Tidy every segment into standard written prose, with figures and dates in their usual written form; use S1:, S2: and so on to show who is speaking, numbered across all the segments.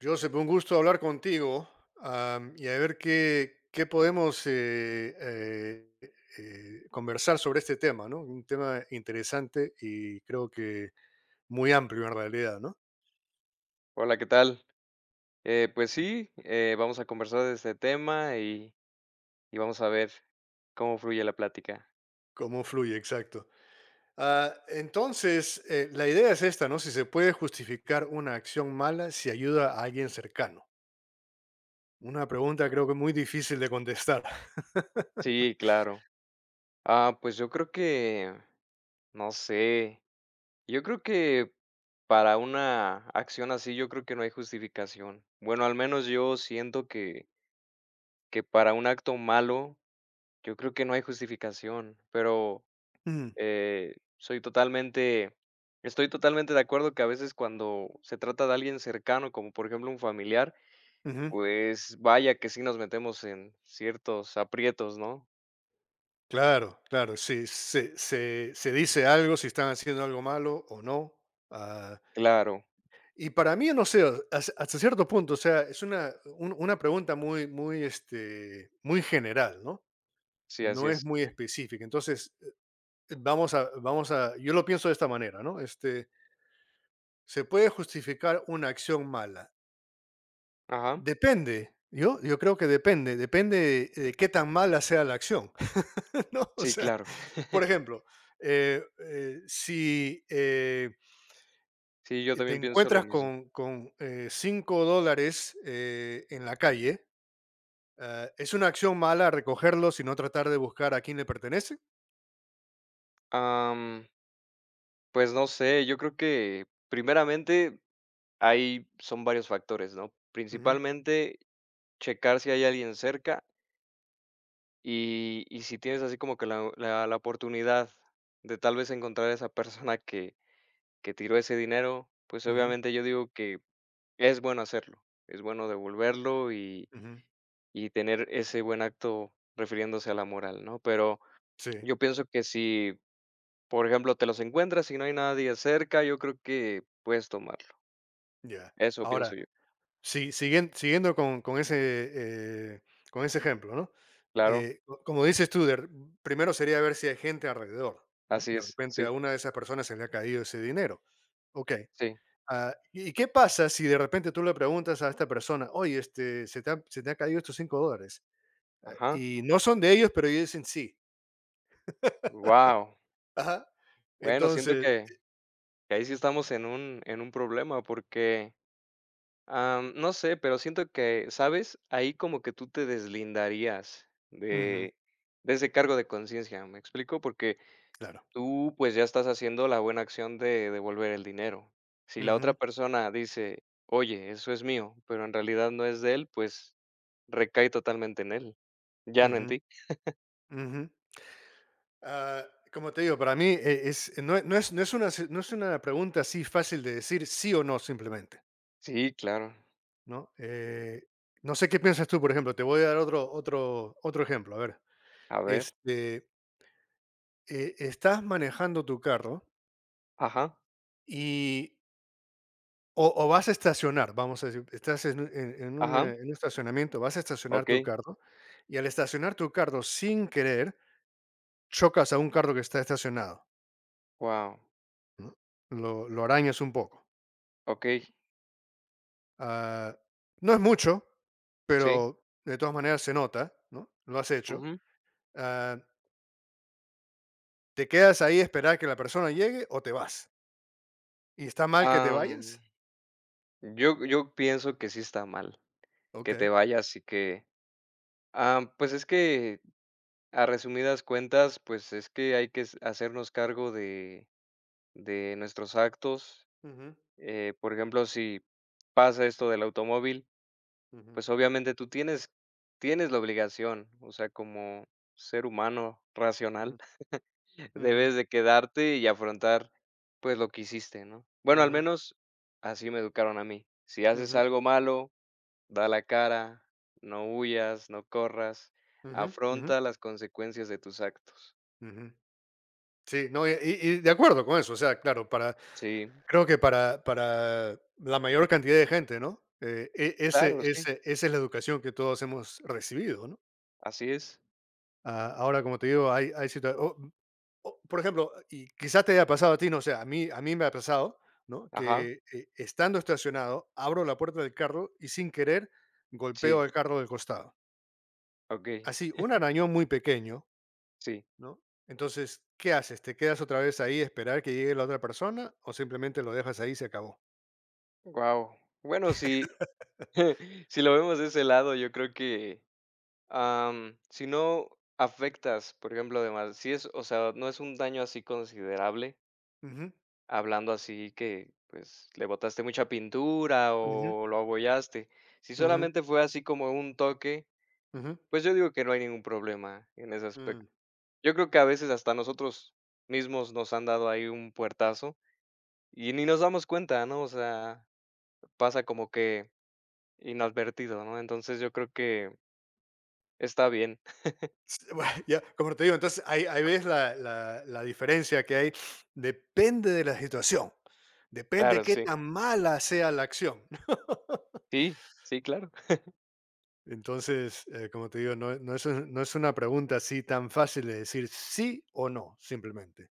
S1: Joseph, un gusto hablar contigo, y a ver qué podemos conversar sobre este tema, ¿no? Un tema interesante y creo que muy amplio en realidad, ¿no?
S2: Hola, ¿qué tal? Pues sí, vamos a conversar de este tema y vamos a ver cómo fluye la plática.
S1: Cómo fluye, exacto. Ah, entonces, la idea es esta, ¿no? Si se puede justificar una acción mala si ayuda a alguien cercano. Una pregunta creo que muy difícil de contestar.
S2: Sí, claro. Pues yo creo que, no sé, yo creo que para una acción así, yo creo que no hay justificación. Bueno, al menos yo siento que para un acto malo, yo creo que no hay justificación, pero
S1: Mm,
S2: soy totalmente, estoy totalmente de acuerdo que a veces cuando se trata de alguien cercano, como por ejemplo un familiar,
S1: ujú.
S2: pues, vaya que sí nos metemos en ciertos aprietos, ¿no?
S1: Claro, claro, sí, se dice algo, si están haciendo algo malo o no. Ah,
S2: Claro,
S1: y para mí, no sé, hasta cierto punto, o sea, es una pregunta muy muy, este, muy general, ¿no?
S2: sí, así
S1: No es
S2: es.
S1: muy específica. Entonces, vamos a vamos a yo lo pienso de esta manera, ¿no? Este, ¿se puede justificar una acción mala?
S2: Ajá.
S1: Depende. Yo creo que depende, depende de qué tan mala sea la acción. ¿no? O
S2: Sí,
S1: sea,
S2: claro.
S1: por ejemplo, si
S2: Sí, yo
S1: te
S2: también pienso lo
S1: encuentras
S2: mismo.
S1: con $5 en la calle, ¿es una acción mala recogerlos y no tratar de buscar a quién le pertenece?
S2: Am, pues no sé, yo creo que primeramente ahí son varios factores, ¿no?
S1: Ujú,
S2: Principalmente checar si hay alguien cerca y si tienes así como que la oportunidad de tal vez encontrar a esa persona que tiró ese dinero, pues
S1: ujú,
S2: obviamente yo digo que es bueno hacerlo, es bueno devolverlo y
S1: ujú.
S2: tener ese buen acto refiriéndose a la moral, ¿no? Pero
S1: Sí,
S2: yo pienso que si, por ejemplo, te los encuentras y no hay nadie cerca, yo creo que puedes tomarlo.
S1: ya.
S2: Eso pienso
S1: Ahora,
S2: yo.
S1: sí, siguiendo eh, con ese ejemplo, ¿no?
S2: Claro,
S1: Como dices tú, primero sería ver si hay gente alrededor, ¿no?
S2: así
S1: De
S2: es.
S1: repente a
S2: Sí,
S1: una de esas personas se le ha caído ese dinero. Ok.
S2: sí.
S1: ¿Y qué pasa si de repente tú le preguntas a esta persona, oye, este, se te han caído estos $5?
S2: Ajá.
S1: Y no son de ellos, pero ellos dicen sí.
S2: Wow.
S1: Ajá.
S2: Bueno, siento
S1: Entonces,
S2: que ahí sí estamos en un problema porque, no sé, pero siento que, ¿sabes? Ahí como que tú te deslindarías
S1: ujú,
S2: de ese cargo de conciencia, ¿me explico? Porque
S1: claro.
S2: tú, pues, ya estás haciendo la buena acción de devolver el dinero. Si la otra
S1: Ujú,
S2: persona dice: "Oye, eso es mío", pero en realidad no es de él, pues, recae totalmente en él, ya no en
S1: ujú,
S2: ti.
S1: ujú. Ah, Como te digo, para mí es, no, no es, no, es una, no es una pregunta así fácil de decir sí o no simplemente,
S2: Sí, claro.
S1: ¿no? No sé qué piensas tú, por ejemplo. Te voy a dar otro ejemplo. A ver,
S2: A ver.
S1: este, estás manejando tu carro.
S2: Ajá,
S1: Y O vas a estacionar, vamos a decir, estás en un
S2: ajá.
S1: en un estacionamiento, vas a estacionar tu
S2: Okey.
S1: carro, y al estacionar tu carro sin querer, chocas a un carro que está estacionado,
S2: Wow.
S1: ¿no? Lo arañas un poco.
S2: Okey.
S1: Ah, no es mucho,
S2: Sí.
S1: pero de todas maneras se nota, ¿no? Lo has hecho.
S2: Ujú.
S1: Ah, ¿te quedas ahí a esperar que la persona llegue o te vas? ¿Y está mal que te
S2: Am,
S1: vayas?
S2: yo pienso que sí está mal, que
S1: Okey.
S2: te vayas y que... Ah, pues, es que, a resumidas cuentas, pues, es que hay que s hacernos cargo de nuestros actos.
S1: Ujú,
S2: Por ejemplo, si pasa esto del automóvil,
S1: ujú,
S2: pues obviamente tú tienes, tienes la obligación, o sea, como ser humano
S1: ujú,
S2: racional,
S1: ujú,
S2: debes de quedarte y afrontar pues lo que hiciste, ¿no? Bueno, al
S1: ujú,
S2: menos así me educaron a mí. Si haces
S1: ujú,
S2: algo malo, da la cara, no huyas, no corras,
S1: ujú, ujú,
S2: afronta las consecuencias de tus actos.
S1: ujú. Sí, no, y de acuerdo con eso. O sea, claro, para
S2: Sí,
S1: creo que para la mayor cantidad de gente, ¿no? E ese
S2: claro, sí,
S1: ese esa es la educación que todos hemos recibido, ¿no?
S2: así es.
S1: Ah, ahora, como te digo, hay situaciones, por ejemplo, y quizás te haya pasado a ti, no sé, a mí me ha pasado, ¿no?
S2: Ajá,
S1: Que, estando estacionado, abro la puerta del carro y sin querer golpeo
S2: sí,
S1: al carro del costado.
S2: ok,
S1: Así, un arañón muy pequeño,
S2: sí.
S1: ¿no? Entonces, ¿qué haces? ¿Te quedas otra vez ahí a esperar que llegue la otra persona o simplemente lo dejas ahí y se acabó?
S2: Wow. Bueno, sí, si lo vemos de ese lado, yo creo que, si no afectas, por ejemplo, además, si es, o sea, no es un daño así considerable,
S1: Ujú,
S2: hablando así que, pues, le botaste mucha pintura
S1: ujú,
S2: o lo abollaste. Si
S1: ujú,
S2: solamente fue así como un toque,
S1: ujú.
S2: pues, yo digo que no hay ningún problema en ese aspecto.
S1: Mm.
S2: Yo creo que a veces hasta nosotros mismos nos han dado ahí un puertazo y ni nos damos cuenta, ¿no? O sea, pasa como que inadvertido, ¿no? Entonces, yo creo que está bien.
S1: Sí, bueno, ya, como te digo, entonces ahí ves la diferencia que hay. Depende de la situación, depende de
S2: Claro,
S1: qué
S2: sí.
S1: tan mala sea la acción.
S2: Sí, sí, claro.
S1: Entonces, como te digo, no, no es, no es una pregunta así tan fácil de decir sí o no, simplemente.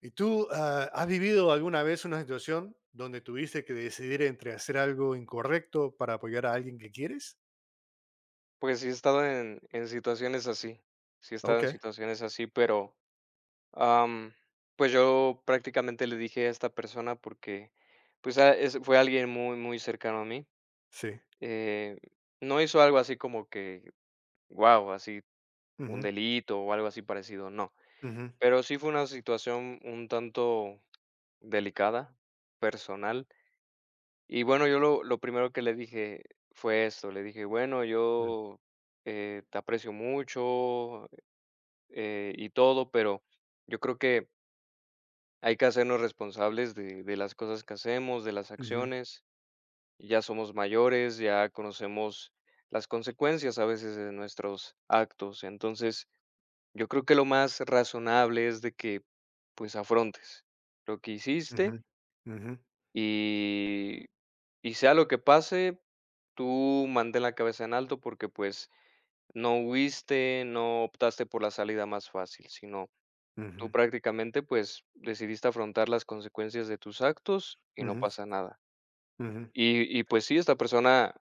S1: ¿Y tú has vivido alguna vez una situación donde tuviste que decidir entre hacer algo incorrecto para apoyar a alguien que quieres?
S2: Pues sí he estado en situaciones así. Sí he estado
S1: Ok,
S2: en situaciones así, pero, am, pues yo prácticamente le dije a esta persona porque, pues, es fue alguien muy, muy cercano a mí.
S1: sí.
S2: Eh, no hizo algo así como que, wow así un
S1: Ujú,
S2: delito o algo así parecido, no.
S1: ujú,
S2: Pero sí fue una situación un tanto delicada, personal. Y bueno, yo lo primero que le dije fue esto le dije: "Bueno,
S1: ujú,
S2: yo, te aprecio mucho, y todo, pero yo creo que hay que hacernos responsables de las cosas que hacemos, de las
S1: ujú,
S2: acciones. Ya somos mayores, ya conocemos las consecuencias a veces de nuestros actos. Entonces, yo creo que lo más razonable es de que, pues, afrontes lo que
S1: ujú,
S2: hiciste
S1: ujú,
S2: y... Y sea lo que pase, tú mantén la cabeza en alto porque, pues, no huiste, no optaste por la salida más fácil, sino tú
S1: ujú,
S2: prácticamente, pues, decidiste afrontar las consecuencias de tus actos y no
S1: ujú,
S2: pasa nada.
S1: ujú.
S2: Y pues sí, esta persona,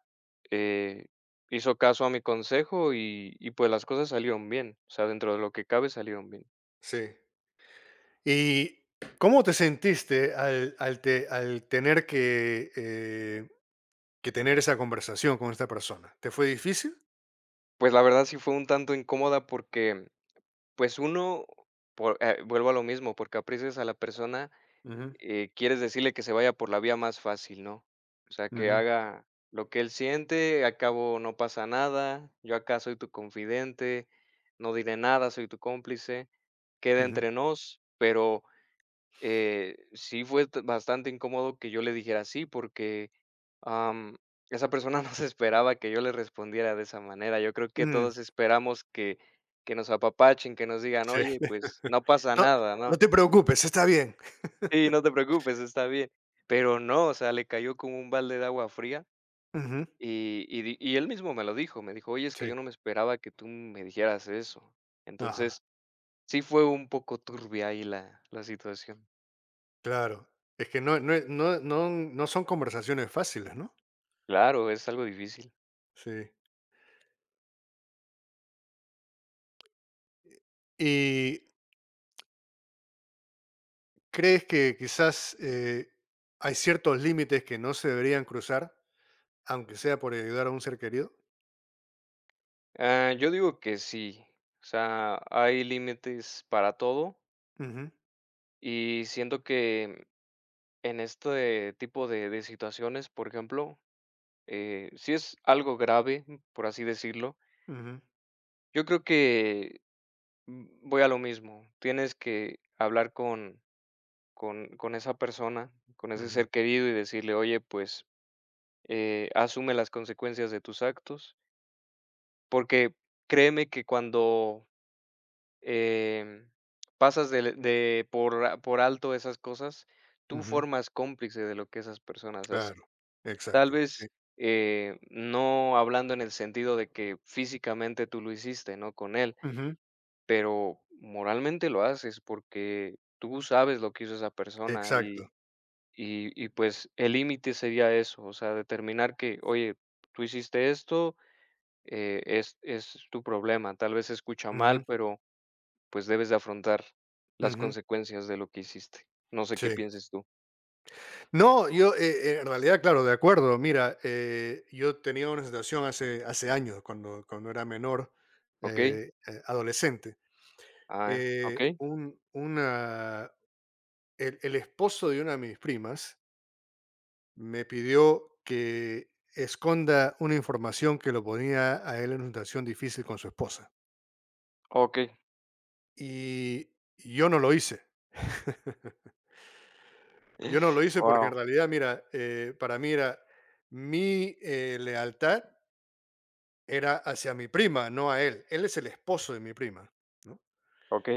S2: eh, hizo caso a mi consejo y pues, las cosas salieron bien, o sea, dentro de lo que cabe salieron bien.
S1: Sí. ¿Y cómo te sentiste al tener que tener esa conversación con esta persona? ¿Te fue difícil?
S2: Pues, la verdad sí fue un tanto incómoda porque, pues, uno por vuelvo a lo mismo, porque aprecias a la persona.
S1: Ujú,
S2: Quieres decirle que se vaya por la vía más fácil, ¿no? O sea, que
S1: ujú,
S2: haga lo que él siente, a cabo no pasa nada, yo acá soy tu confidente, no diré nada, soy tu cómplice, queda
S1: ujú.
S2: entre nos, pero sí fue t- bastante incómodo que yo le dijera así porque am, esa persona no se esperaba que yo le respondiera de esa manera. Yo creo que
S1: Mm,
S2: todos esperamos que nos apapachen, que nos digan,
S1: sí.
S2: oye, pues no pasa
S1: No,
S2: nada,
S1: no
S2: ¿no?
S1: te preocupes, está bien.
S2: Sí, no te preocupes, está bien. Pero no, o sea, le cayó como un balde de agua fría
S1: Ujú.
S2: y di y él mismo me lo dijo, me dijo: "Oye, es que
S1: Sí.
S2: yo no me esperaba que tú me dijeras eso".
S1: Ajá.
S2: Entonces, sí fue un poco turbia ahí la situación.
S1: Claro, es que no son conversaciones fáciles, ¿no?
S2: Claro, es algo difícil.
S1: Sí. ¿Y crees que quizás, hay ciertos límites que no se deberían cruzar, aunque sea por ayudar a un ser querido?
S2: Yo digo que sí, o sea, hay límites para todo
S1: Ujú,
S2: y siento que en este tipo de situaciones, por ejemplo, si es algo grave, por así decirlo,
S1: ujú,
S2: yo creo que... Mm, voy a lo mismo. Tienes que hablar con esa persona, con ese ser
S1: ujú,
S2: querido y decirle: "Oye, pues, asume las consecuencias de tus actos", porque créeme que cuando, em, pasas del de por a por alto esas cosas, tú
S1: ujú,
S2: formas cómplice de lo que esas personas hacen.
S1: claro,
S2: Tal
S1: exacto, sí,
S2: vez, no hablando en el sentido de que físicamente tú lo hiciste, ¿no?, con él.
S1: ujú,
S2: Pero moralmente lo haces porque tú sabes lo que hizo esa persona y,
S1: exacto,
S2: y pues el límite sería eso, o sea, determinar que, oye, tú hiciste esto, es tu problema, tal vez se escucha mal,
S1: ujú,
S2: pero pues debes de afrontar las
S1: ujú,
S2: consecuencias de lo que hiciste. No sé
S1: sí.
S2: qué pienses tú,
S1: No, yo, en realidad, claro, de acuerdo. Mira, yo tenía una situación hace años, cuando era menor,
S2: ¿ok?
S1: adolescente.
S2: Ah, ok,
S1: Un una el esposo de una de mis primas me pidió que esconda una información que lo ponía a él en una situación difícil con su esposa.
S2: ok.
S1: Y yo no lo hice. Yo no lo hice porque en
S2: Wow,
S1: realidad, mira, para mí lealtad era hacia mi prima, no a él. Él es el esposo de mi prima, ¿no?
S2: ok,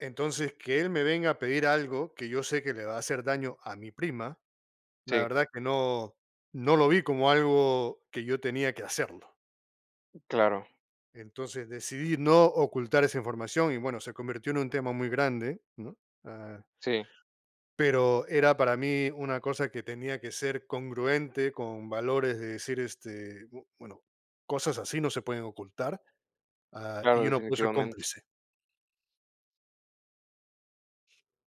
S1: Entonces, que él me venga a pedir algo que yo sé que le va a hacer daño a mi prima. La
S2: sí,
S1: verdad que no, no lo vi como algo que yo tenía que hacerlo.
S2: claro,
S1: Entonces decidí no ocultar esa información y bueno, se convirtió en un tema muy grande, ¿no? Ah,
S2: sí,
S1: pero era para mí una cosa que tenía que ser congruente con valores de decir, este, bueno, cosas así no se pueden ocultar,
S2: claro,
S1: y uno puede ser
S2: definitivamente.
S1: cómplice.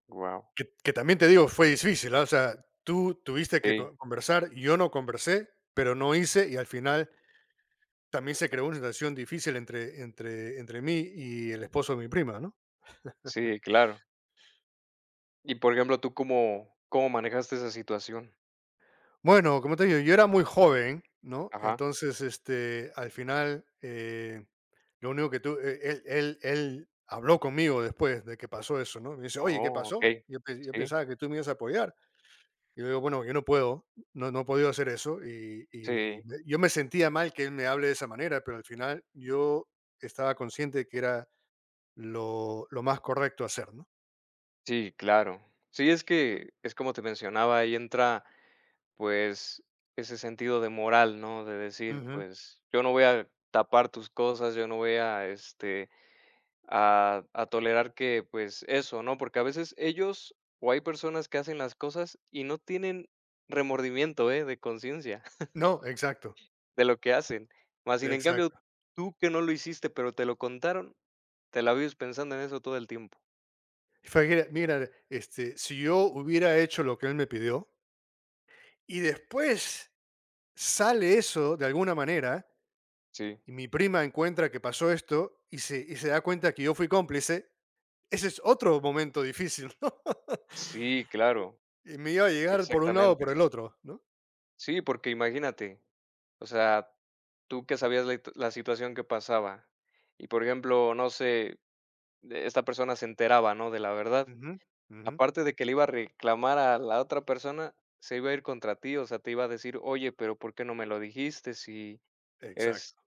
S2: Wow,
S1: Que también te digo, fue difícil, ¿ah? O sea, tú tuviste que
S2: sí,
S1: conversar, yo no conversé, pero no hice y al final también se creó una situación difícil entre mí y el esposo de mi prima, ¿no?
S2: sí, claro. Y, por ejemplo, ¿tú cómo manejaste esa situación?
S1: Bueno, como te digo, yo era muy joven, ¿no?
S2: Ajá.
S1: Entonces, este, al final, lo único que tú e él él él habló conmigo después de que pasó eso, ¿no? Me dice: "Oye, ¿qué
S2: Oh,
S1: pasó?
S2: okey.
S1: Yo
S2: Sí,
S1: pensaba que tú me ibas a apoyar". Y le digo: "Bueno, yo no puedo, no he podido hacer eso", y
S2: sí,
S1: me yo me sentía mal que él me hable de esa manera, pero al final yo estaba consciente que era lo más correcto hacer, ¿no?
S2: sí, claro. Sí, es que es como te mencionaba, ahí entra, pues, ese sentido de moral, ¿no? De decir,
S1: Ujú.
S2: pues, yo no voy a tapar tus cosas, yo no voy a, este, a tolerar que, pues, eso, ¿no? Porque a veces ellos o hay personas que hacen las cosas y no tienen remordimiento, ¿eh? De conciencia.
S1: No, exacto,
S2: De lo que hacen. Más sin en cambio,
S1: exacto.
S2: tú que no lo hiciste, pero te lo contaron, te la vives pensando en eso todo el tiempo.
S1: Fue Mira, este, si yo hubiera hecho lo que él me pidió y después sale eso de alguna manera
S2: Sí.
S1: y mi prima encuentra que pasó esto y y se da cuenta que yo fui cómplice, ese es otro momento difícil, ¿no?
S2: Sí, claro,
S1: Y me iba a llegar por un lado o por
S2: exactamente.
S1: el otro, ¿no?
S2: Sí, porque imagínate, o sea, tú que sabías la situación que pasaba y, por ejemplo, no sé, de- esta persona se enteraba, ¿no?, de la verdad.
S1: Ujú, ujú.
S2: Aparte de que le iba a reclamar a la otra persona, se iba a ir contra ti, o sea, te iba a decir: "Oye, pero ¿por qué no me lo dijiste si
S1: Exacto,
S2: eres...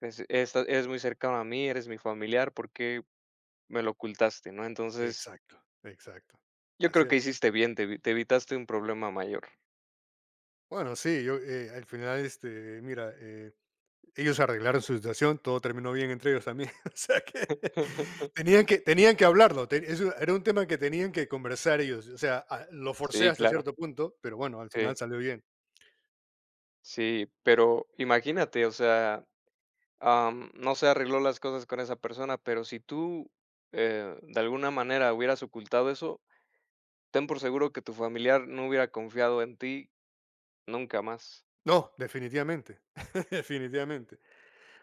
S2: Pues, esta eres muy cercano a mí, eres mi familiar, ¿por qué me lo ocultaste?, ¿no? Entonces,
S1: exacto, exacto.
S2: yo creo
S1: Así
S2: que
S1: es.
S2: hiciste bien, te evitaste un problema mayor.
S1: Bueno, sí, yo al final, este, mira, ellos arreglaron su situación, todo terminó bien entre ellos también. O sea que tenían que hablarlo, te eso era un tema que tenían que conversar ellos, o sea, lo forcé
S2: Sí,
S1: hasta
S2: claro,
S1: cierto punto, pero bueno, al final
S2: sí,
S1: salió bien.
S2: sí, pero imagínate, o sea, no se arregló las cosas con esa persona, pero si tú, de alguna manera hubieras ocultado eso, ten por seguro que tu familiar no hubiera confiado en ti nunca más.
S1: No, definitivamente, definitivamente.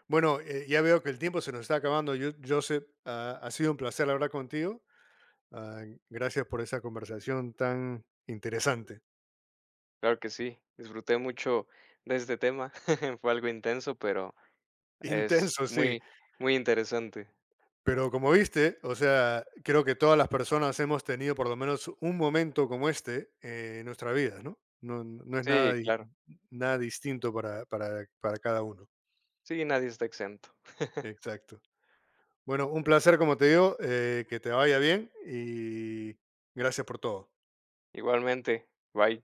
S1: Bueno, ya veo que el tiempo se nos está acabando. Yo Joseph, ha sido un placer hablar contigo. Ah, Gracias por esa conversación tan interesante.
S2: Claro que sí, disfruté mucho de este tema, fue algo intenso, pero... Es
S1: Intenso, sí.
S2: muy, muy interesante.
S1: Pero como viste, o sea, creo que todas las personas hemos tenido por lo menos un momento como este en nuestra vida, ¿no? No, no es nada,
S2: Sí, claro.
S1: nada distinto para cada uno.
S2: Sí, nadie está exento.
S1: Exacto. Bueno, un placer, como te digo, que te vaya bien y gracias por todo.
S2: Igualmente, bye.